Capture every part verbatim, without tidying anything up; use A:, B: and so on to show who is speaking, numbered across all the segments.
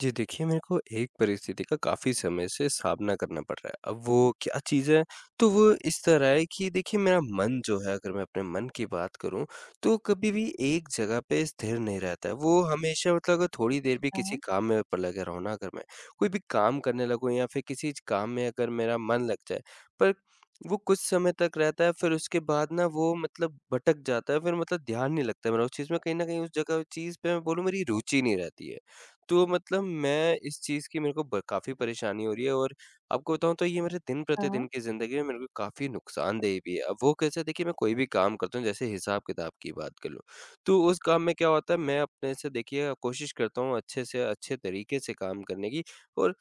A: जी देखिए, मेरे को एक परिस्थिति का काफ़ी समय से सामना करना पड़ रहा है। अब वो क्या चीज़ है? तो वो इस तरह है कि देखिए मेरा मन जो है, अगर मैं अपने मन की बात करूँ, तो कभी भी एक जगह पे स्थिर नहीं रहता है। वो हमेशा मतलब अगर थोड़ी देर भी किसी
B: हाँ,
A: काम में पर लगा रहो ना, अगर मैं कोई भी काम करने लगूँ या फिर किसी काम में अगर मेरा मन लग जाए, पर वो कुछ समय तक रहता है, फिर उसके बाद ना वो मतलब भटक जाता है, फिर मतलब ध्यान नहीं लगता है मेरा उस चीज़ में। कहीं न कहीं उस जगह, उस चीज़ पे मैं बोलूँ मेरी रुचि नहीं रहती है। तो मतलब मैं इस चीज़ की, मेरे को ब काफ़ी परेशानी हो रही है, और आपको बताऊँ तो ये मेरे
B: हाँ,
A: दिन-प्रतिदिन की ज़िंदगी में मेरे को काफ़ी नुकसानदेह भी है। अब वो कैसे, देखिए मैं कोई भी काम करता हूँ, जैसे हिसाब-किताब की बात कर लूँ, तो उस काम में क्या होता है, मैं अपने से देखिए कोशिश करता हूँ अच्छे से अच्छे तरीके से काम करने की, और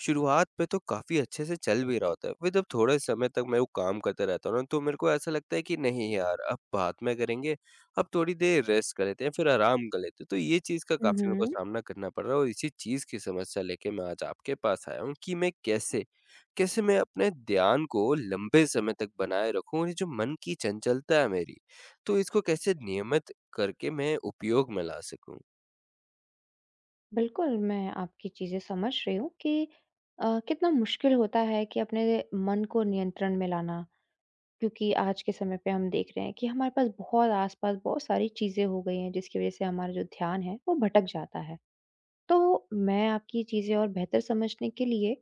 A: शुरुआत में तो काफ़ी अच्छे से चल भी रहा होता है, फिर जब थोड़े समय तक मैं वो काम करता रहता हूँ ना, तो मेरे को ऐसा लगता है कि नहीं यार, अब बाद में करेंगे, अब थोड़ी देर रेस्ट कर लेते हैं, फिर आराम कर लेते हैं। तो ये चीज़ का
B: हुँ,
A: काफ़ी मेरे को
B: हुँ।
A: सामना करना पड़ रहा है, और इसी चीज़ की समस्या लेके मैं आज आपके पास आया हूँ कि मैं कैसे, कैसे मैं अपने ध्यान को लंबे समय तक बनाए रखूँ, और ये जो मन की चंचलता है मेरी, तो इसको कैसे नियमित करके मैं उपयोग में ला सकूँ?
B: बिल्कुल, मैं आपकी चीज़ें समझ रही हूँ कि अ, कितना मुश्किल होता है कि अपने मन को नियंत्रण में लाना, क्योंकि आज के समय पे हम देख रहे हैं कि हमारे पास बहुत आस-पास बहुत सारी चीज़ें हो गई हैं, जिसकी वज़ह से हमारा जो ध्यान है, वो भटक जाता है। तो मैं आपकी चीज़ें और बेहतर समझने के लिए,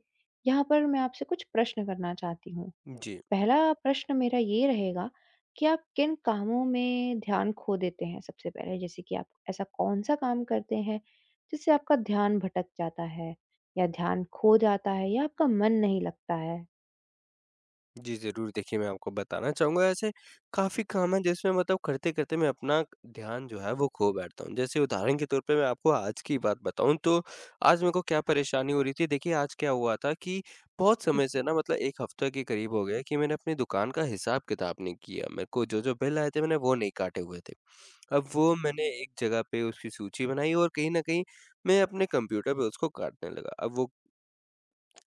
B: यहाँ पर मैं आपसे कुछ प्रश्न करना चाहती हूँ।
A: जी।
B: पहला प्रश्न मेरा ये रहेगा कि आप किन कामों में ध्यान खो देते हैं सबसे पहले? जैसे कि आप ऐसा कौन-सा काम करते हैं जिससे आपका ध्यान भटक जाता है या ध्यान खो जाता है या आपका मन नहीं लगता है?
A: जी, ज़रूर। देखिए मैं आपको बताना चाहूँगा, ऐसे काफ़ी काम हैं जिसमें मतलब करते-करते मैं अपना ध्यान जो है वो खो बैठता हूँ। जैसे उदाहरण के तौर पे मैं आपको आज की बात बताऊँ, तो आज मेरे को क्या परेशानी हो रही थी, देखिए आज क्या हुआ था कि बहुत समय
B: जी,
A: से ना, मतलब एक हफ़्ते के करीब हो गया कि मैंने अपनी दुकान का हिसाब-किताब नहीं किया। मेरे को जो-जो बिल आए थे, मैंने वो नहीं काटे हुए थे। अब वो मैंने एक जगह पे उसकी सूची बनाई, और कहीं न कहीं मैं अपने कंप्यूटर पे उसको काटने लगा। अब वो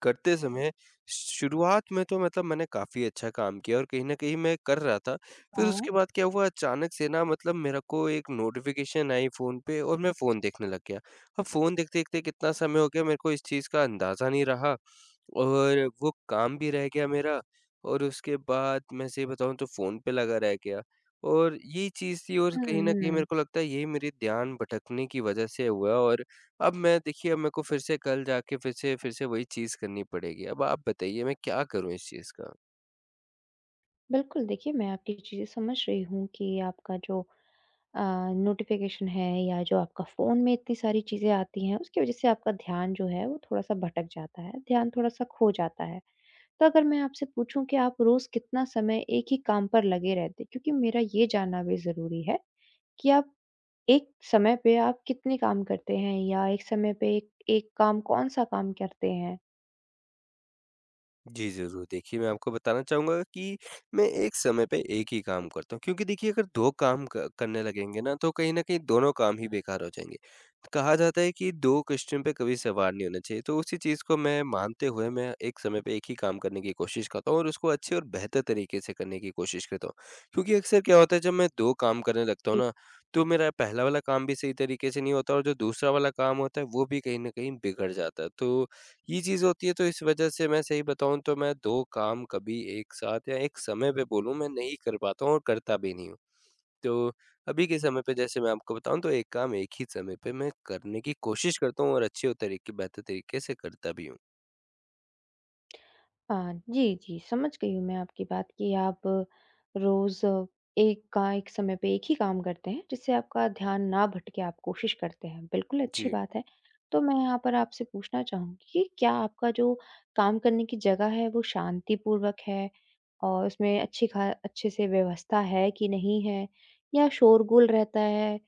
A: करते समय शुरुआत में तो मतलब मैंने काफ़ी अच्छा काम किया, और कहीं न कहीं मैं कर रहा था। फिर
B: हाँ।
A: उसके बाद क्या हुआ, अचानक से ना मतलब मेरे को एक नोटिफ़िकेशन आई फ़ोन पे, और मैं फ़ोन देखने लग गया। अब फ़ोन देखते-देखते कितना समय हो गया, मेरे को इस चीज़ का अंदाज़ा नहीं रहा, और वो काम भी रह गया मेरा, और उसके बाद मैं सही बताऊँ तो फ़ोन पे लगा रह गया। और ये चीज़ थी, और कहीं
B: हुँ,
A: न कहीं मेरे
B: हुँ।
A: को लगता है यही मेरे ध्यान भटकने की वजह से हुआ। और अब मैं देखिए, अब मेरे को फिर से कल जाके फिर से फिर से वही चीज़ करनी पड़ेगी। अब आप बताइए मैं क्या करूँ इस चीज़ का?
B: बिल्कुल, देखिए मैं आपकी चीज़ें समझ रही हूँ कि आपका जो अ, नोटिफ़िकेशन है या जो आपका फ़ोन में इतनी सारी चीज़ें आती हैं उसकी वज़ह से आपका ध्यान जो है वो थोड़ा-सा भटक जाता है, ध्यान थोड़ा-सा खो जाता है। तो अगर मैं आपसे पूछूं कि आप रोज कितना समय एक ही काम पर लगे रहते हैं? क्योंकि मेरा ये जानना भी जरूरी है कि आप एक समय पे आप कितने काम करते हैं या एक समय पे एक, एक काम कौन सा काम करते हैं।
A: जी, ज़रूर। देखिए, मैं आपको बताना चाहूँगा कि मैं एक समय पे एक ही काम करता हूँ, क्योंकि देखिए अगर दो काम क करने लगेंगे ना, तो कहीं न कहीं दोनों काम ही बेकार हो जाएँगे। कहा जाता है कि दो किश्तियों पे कभी सवार नहीं होना चाहिए, तो उसी चीज़ को मैं मानते हुए मैं एक समय पे एक ही काम करने की कोशिश करता हूँ, और उसको अच्छे और बेहतर तरीके से करने की कोशिश करता हूँ। क्योंकि अक्सर क्या होता है, जब मैं दो काम करने लगता हूँ
B: जी,
A: ना, तो मेरा पहला वाला काम भी सही तरीके से नहीं होता, और जो दूसरा वाला काम होता है वो भी कहीं न कहीं बिगड़ जाता है। तो ये चीज़ होती है, तो इस वज़ह से मैं सही बताऊँ तो मैं दो काम कभी एक साथ, या एक समय पे बोलूँ, मैं नहीं कर पाता हूँ, और करता भी नहीं हूँ। तो अभी के समय पे जैसे मैं आपको बताऊँ, तो एक काम एक ही समय पे मैं करने की कोशिश करता हूँ, और अच्छे और तरीके बेहतर तरीके से करता भी हूँ।
B: हाँ, जी, जी, समझ गई हूँ मैं आपकी बात कि आप रोज एक का एक समय पे एक ही काम करते हैं जिससे आपका ध्यान ना भटके आप कोशिश करते हैं, बिल्कुल अच्छी
A: जी।
B: बात है। तो मैं यहाँ पर आपसे पूछना चाहूंगी कि क्या आपका जो काम करने की जगह है वो शांतिपूर्वक है और उसमें अच्छी खा अच्छे से व्यवस्था है कि नहीं है या शोरगुल रहता है?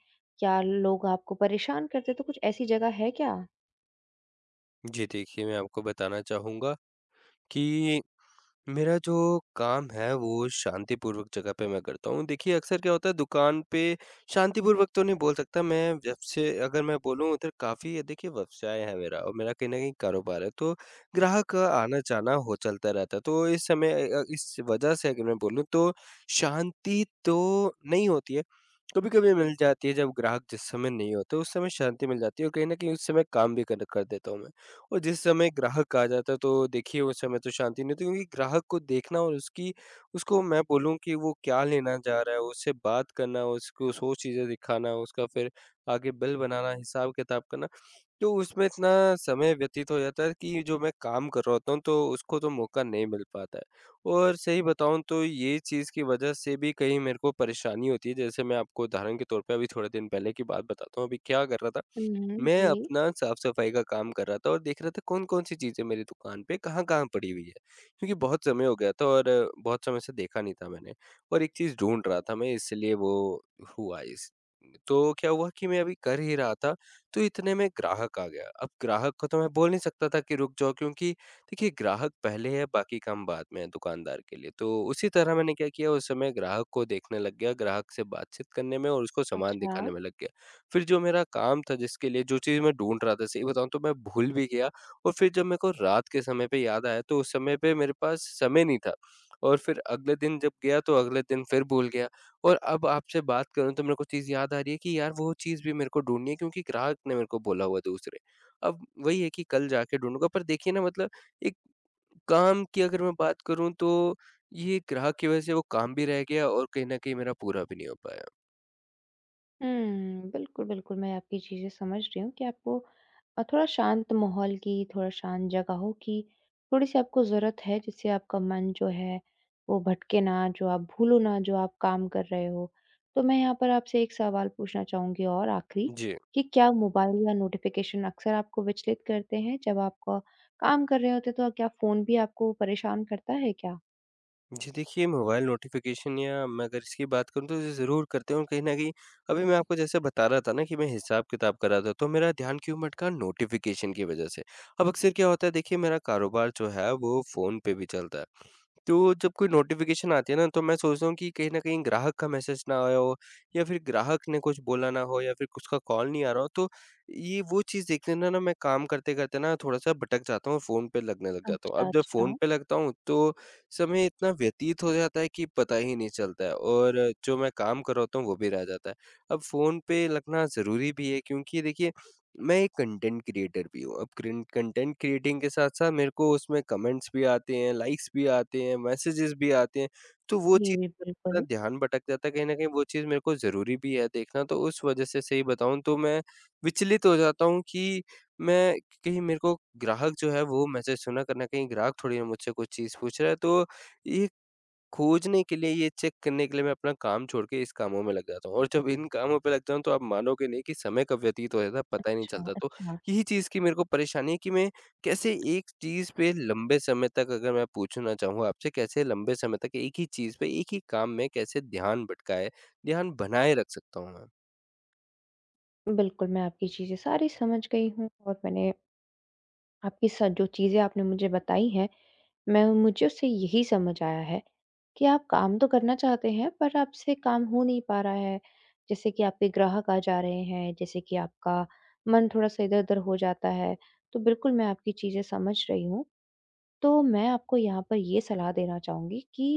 B: या लोग आपको परेशान करते हैं? तो कुछ ऐसी जगह है क्या?
A: जी, देखिए मैं आपको बताना चाहूँगा कि मेरा जो काम है वो शांतिपूर्वक जगह पे मैं करता हूँ। देखिए अक्सर क्या होता है, दुकान पे शांतिपूर्वक तो नहीं बोल सकता मैं, जब से अगर मैं बोलूँ उधर काफ़ी, देखिए व्यवसाय है मेरा, और मेरा कहीं न कहीं कारोबार है, तो ग्राहक का आना-जाना हो चलता रहता है। तो इस समय अ, इस वजह से अगर मैं बोलूँ, तो शांति तो नहीं होती है। कभी-कभी मिल जाती है, जब ग्राहक जिस समय नहीं होते उस समय शांति मिल जाती है, और कहीं न कहीं उस समय काम भी कर कर देता हूँ मैं। और जिस समय ग्राहक आ जाता है, तो देखिए उस समय तो शांति नहीं होती, क्योंकि ग्राहक को देखना, और उसकी, उसको मैं बोलूँ कि वो क्या लेना चाह रहा है, उससे बात करना, उसको सौ चीज़ें दिखाना, उसका फिर आगे बिल बनाना, हिसाब-किताब करना, तो उसमें इतना समय व्यतीत हो जाता है कि जो मैं काम कर रहा होता हूँ, तो उसको तो मौका नहीं मिल पाता है। और सही बताऊँ तो ये चीज़ की वजह से भी कहीं मेरे को परेशानी होती है, जैसे मैं आपको उदाहरण के तौर पे अभी थोड़े दिन पहले की बात बताता हूँ, अभी क्या कर रहा था,
B: हुँ।
A: मैं
B: जी।
A: अपना साफ-सफाई का काम कर रहा था, और देख रहा था कौन-कौन सी चीज़ें मेरी दुकान पे कहाँ-कहाँ पड़ी हुई है। क्योंकि बहुत समय हो गया था, और बहुत समय से देखा नहीं था मैंने, और एक चीज़ ढूँढ रहा था मैं, इसलिए वो हुआ इस तो क्या हुआ कि मैं अभी कर ही रहा था, तो इतने में ग्राहक आ गया। अब ग्राहक को तो मैं बोल नहीं सकता था कि रुक जाओ, क्योंकि देखिए ग्राहक पहले है, बाकी काम बाद में है दुकानदार के लिए। तो उसी तरह मैंने क्या किया, उस समय ग्राहक को देखने लग गया, ग्राहक से बातचीत करने में और उसको सामान
B: अच्छा।
A: दिखाने में लग गया। फिर जो मेरा काम था, जिसके लिए जो चीज़ मैं ढूँढ रहा था, सही बताऊँ तो मैं भूल भी गया, और फिर जब मेरे को रात के समय पे याद आया, तो उस समय पे मेरे पास समय नहीं था, और फिर अगले दिन जब गया तो अगले दिन फिर भूल गया, और अब आपसे बात करूँ तो मेरे को चीज़ याद आ रही है कि यार वो चीज़ भी मेरे को ढूँढनी है, क्योंकि ग्राहक ने मेरे को बोला हुआ है दूसरे। अब वही है कि कल जाके ढूँढूँगा, पर देखिए ना, मतलब एक काम की अगर मैं बात करूँ, तो ये ग्राहक की वज़ह से वो काम भी रह गया, और कहीं न कहीं मेरा पूरा भी नहीं हो पाया।
B: हुँ, बिल्कुल, बिल्कुल, मैं आपकी चीज़ें समझ रही हूँ कि आपको अ, थोड़ा शांत माहौल की, थोड़ा शांत जगहों की थोड़ी-सी आपको ज़रूरत है, जिससे आपका मन जो है, वो भटके ना, जो आप भूलो ना, जो आप काम कर रहे हो। तो मैं यहाँ पर आपसे एक सवाल पूछना चाहूँगी और आखिरी
A: जी।
B: कि क्या मोबाइल या नोटिफ़िकेशन अक्सर आपको विचलित करते हैं? जब आप क काम कर रहे होते हैं, तो क्या फ़ोन भी आपको परेशान करता है क्या?
A: जी देखिए, मोबाइल नोटिफ़िकेशन या मैं अगर इसकी बात करूँ, तो ये ज़रूर करते हैं, और कहीं न कहीं अभी मैं आपको जैसे बता रहा था ना कि मैं हिसाब-किताब कर रहा था, तो मेरा ध्यान क्यों भटका, नोटिफ़िकेशन की वज़ह से। अब अक्सर क्या होता है, देखिए मेरा कारोबार जो है वो फ़ोन पे भी चलता है, तो जब कोई नोटिफ़िकेशन आती है ना, तो मैं सोचता हूँ कि कहीं न कहीं ग्राहक का मैसेज ना आया हो, या फिर ग्राहक ने कुछ बोला ना हो, या फिर उसका कॉल नहीं आ रहा हो, तो ये वो चीज़ देखते ना ना मैं काम करते-करते ना थोड़ा-सा भटक जाता हूँ, फ़ोन पे लगने लग जाता हूँ।
B: अच्छा,
A: अब जब फ़ोन
B: अच्छा।
A: पे लगता हूँ, तो समय इतना व्यतीत हो जाता है कि पता ही नहीं चलता है, और जो मैं काम कर रहा होता हूँ, वो भी रह जाता है। अब फ़ोन पे लगना ज़रूरी भी है, क्योंकि देखिए मैं एक कंटेंट क्रिएटर भी हूँ। अब क्रिन कंटेंट क्रिएटिंग के साथ-साथ मेरे को उसमें कमेंट्स भी आते हैं, लाइक्स भी आते हैं, मैसेजेस भी आते हैं। तो वो
B: जी,
A: चीज़
B: जी,
A: में अपना
B: बिल्कुल।
A: ध्यान भटक जाता है, तो कहीं न कहीं वो चीज़ मेरे को ज़रूरी भी है देखना। तो उस वजह से सही बताऊँ तो मैं विचलित हो जाता हूँ कि मैं, कहीं मेरे को ग्राहक जो है वो मैसेज तो ना करना, कहीं ग्राहक थोड़ी ना मुझसे कुछ चीज़ पूछ रहा है। तो ये खोजने के लिए, ये चेक करने के लिए, मैं अपना काम छोड़ के इस कामों में लग जाता हूँ, और जब इन कामों पे लग जाऊँ तो आप मानोगे नहीं कि समय कब व्यतीत हो जाता है, पता ही नहीं
B: अच्छा,
A: चलता। तो
B: अच्छा।
A: यही चीज़ की मेरे को परेशानी है कि मैं कैसे एक चीज़ पे लंबे समय तक, अगर मैं पूछना चाहूँ आपसे, कैसे लंबे समय तक एक ही चीज़ पे, एक ही काम में कैसे ध्यान भटकाए, ध्यान बनाए रख सकता हूँ मैं?
B: बिल्कुल, मैं आपकी चीज़ें सारी समझ गई हूँ और मैंने आपकी स जो चीज़ें आपने मुझे बताई हैं, मैं मुझे उससे यही समझ आया है कि आप काम तो करना चाहते हैं, पर आपसे काम हो नहीं पा रहा है। जैसे कि आपके ग्राहक आ जा रहे हैं, जैसे कि आपका मन थोड़ा-सा इधर-उधर हो जाता है। तो बिल्कुल, मैं आपकी चीज़ें समझ रही हूँ। तो मैं आपको यहाँ पर ये सलाह देना चाहूँगी कि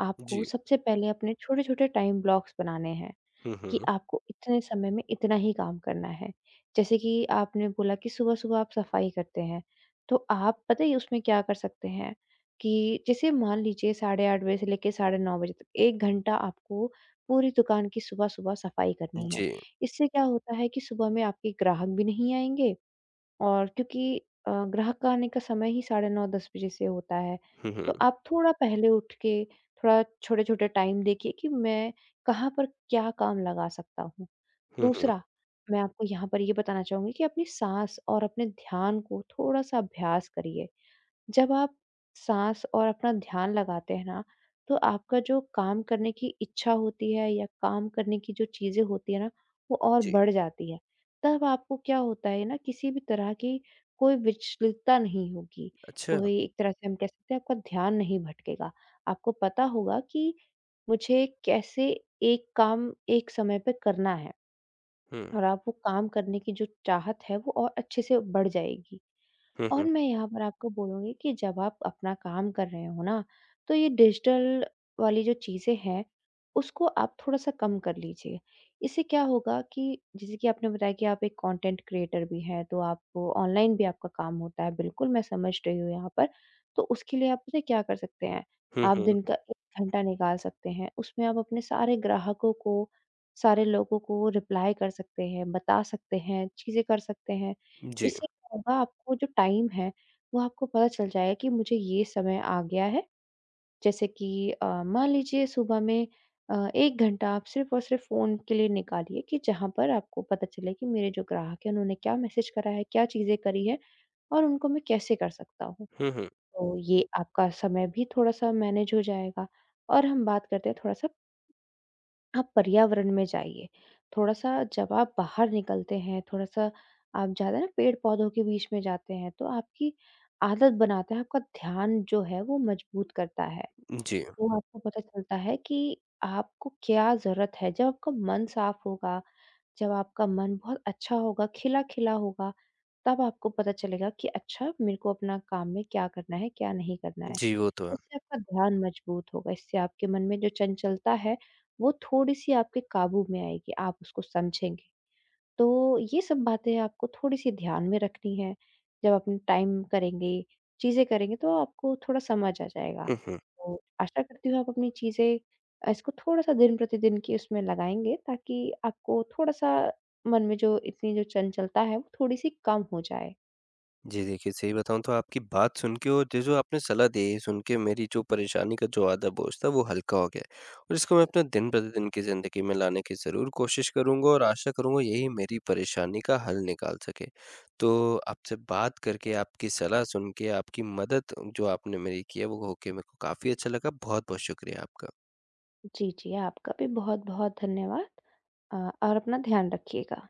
B: आपको
A: जी।
B: सबसे पहले अपने छोटे-छोटे टाइम ब्लॉक्स बनाने हैं।
A: हुँ,
B: कि
A: हुँ।
B: आपको इतने समय में इतना ही काम करना है। जैसे कि आपने बोला कि सुबह-सुबह आप सफाई करते हैं, तो आप पता है उसमें क्या कर सकते हैं कि जैसे मान लीजिए साढ़े आठ बजे से लेके साढ़े नौ बजे तक एक घंटा आपको पूरी दुकान की सुबह-सुबह सफाई करनी है।
A: जी।
B: इससे क्या होता है कि सुबह में आपके ग्राहक भी नहीं आएँगे और क्योंकि अ, ग्राहक का आने का समय ही साढ़े नौ दस बजे से होता है,
A: हुँ, हुँ।
B: तो आप थोड़ा पहले उठ के थोड़ा छोटे-छोटे टाइम देखिए कि मैं कहाँ पर क्या काम लगा सकता हूँ।
A: हुँ, हुँ।
B: दूसरा, मैं आपको यहाँ पर ये बताना चाहूँगी कि अपनी साँस और अपने ध्यान को थोड़ा-सा अभ्यास करिए। जब आप साँस और अपना ध्यान लगाते हैं ना, तो आपका जो काम करने की इच्छा होती है या काम करने की जो चीज़ें होती है ना, वो और
A: जी।
B: बढ़ जाती है। तब आपको क्या होता है ना, किसी भी तरह की कोई विचलितता नहीं होगी।
A: अच्छा।
B: कोई एक तरह से हम कह सकते हैं आपका ध्यान नहीं भटकेगा। आपको पता होगा कि मुझे कैसे एक काम एक समय पे करना है
A: हुँ।
B: और आप वो काम करने की जो चाहत है वो और अच्छे से बढ़ जाएगी।
A: हुँ,
B: और
A: हुँ।
B: मैं यहाँ पर आपको बोलूँगी कि जब आप अपना काम कर रहे हो ना, तो ये डिजिटल वाली जो चीज़ें हैं, उसको आप थोड़ा-सा कम कर लीजिए। इससे क्या होगा कि जैसे कि आपने बताया कि आप एक कंटेंट क्रिएटर भी हैं, तो आपको ऑनलाइन भी आपका काम होता है, बिल्कुल मैं समझ रही हूँ यहाँ पर। तो उसके लिए आप पता है क्या कर सकते हैं?
A: हुँ,
B: आप
A: हुँ।
B: दिन का एक घंटा निकाल सकते हैं, उसमें आप अपने सारे ग्राहकों को, सारे लोगों को रिप्लाई कर सकते हैं, बता सकते हैं, चीज़ें कर सकते हैं।
A: जी।
B: इससे होगा आपको जो टाइम है, वो आपको पता चल जाएगा कि मुझे ये समय आ गया है। जैसे कि अ, मान लीजिए सुबह में अ, एक घंटा आप सिर्फ़ और सिर्फ़ फ़ोन के लिए निकालिए कि जहाँ पर आपको पता चले कि मेरे जो ग्राहक हैं उन्होंने क्या मैसेज करा है, क्या चीज़ें करी हैं और उनको मैं कैसे कर सकता हूँ।
A: हुँ, हुँ।
B: तो ये आपका समय भी थोड़ा-सा मैनेज हो जाएगा। और हम बात करते हैं थोड़ा-सा आप पर्यावरण में जाइए। थोड़ा-सा जब आप बाहर निकलते हैं, थोड़ा-सा आप ज़्यादा ना पेड़-पौधों के बीच में जाते हैं, तो आपकी आदत बनाता है, आपका ध्यान जो है वो मजबूत करता है।
A: जी।
B: तो आपको पता चलता है कि आपको क्या ज़रूरत है। जब आपका मन साफ होगा, जब आपका मन बहुत अच्छा होगा, खिला-खिला होगा, तब आपको पता चलेगा कि अच्छा मेरे को अपना काम में क्या करना है, क्या नहीं करना है।
A: जी, वो तो
B: तो
A: है।
B: इससे आपका ध्यान मजबूत होगा, इससे आपके मन में जो चंचलता है, वो थोड़ी-सी आपके काबू में आएगी, आप उसको समझेंगे। तो ये सब बातें आपको थोड़ी-सी ध्यान में रखनी है। जब अपने टाइम करेंगे, चीज़ें करेंगे तो आपको थोड़ा समझ आ जाएगा।
A: हुँ, हुँ।
B: तो आशा करती हूँ आप अपनी चीज़ें अ, इसको थोड़ा-सा दिन-प्रतिदिन की उसमें लगाएँगे ताकि आपको थोड़ा-सा मन में जो इतनी जो चंचलता है वो थोड़ी-सी कम हो जाए।
A: जी, देखिए सही बताऊँ तो आपकी बात सुन के, और जो-जो आपने सलाह दी है ये सुन के, मेरी जो परेशानी का जो आधा बोझ था वो हल्का हो गया है। और इसको मैं अपने दिन-प्रतिदिन की ज़िंदगी में लाने की ज़रूर कोशिश करूँगा, और आशा करूँगा यही मेरी परेशानी का हल निकाल सके। तो आपसे बात करके, आपकी सलाह सुन के, आपकी मदद जो आपने मेरी की है वो होके, मेरे को काफ़ी अच्छा लगा। बहुत-बहुत शुक्रिया आपका।
B: जी, जी, आपका भी बहुत-बहुत धन्यवाद अ, और अपना ध्यान रखिएगा।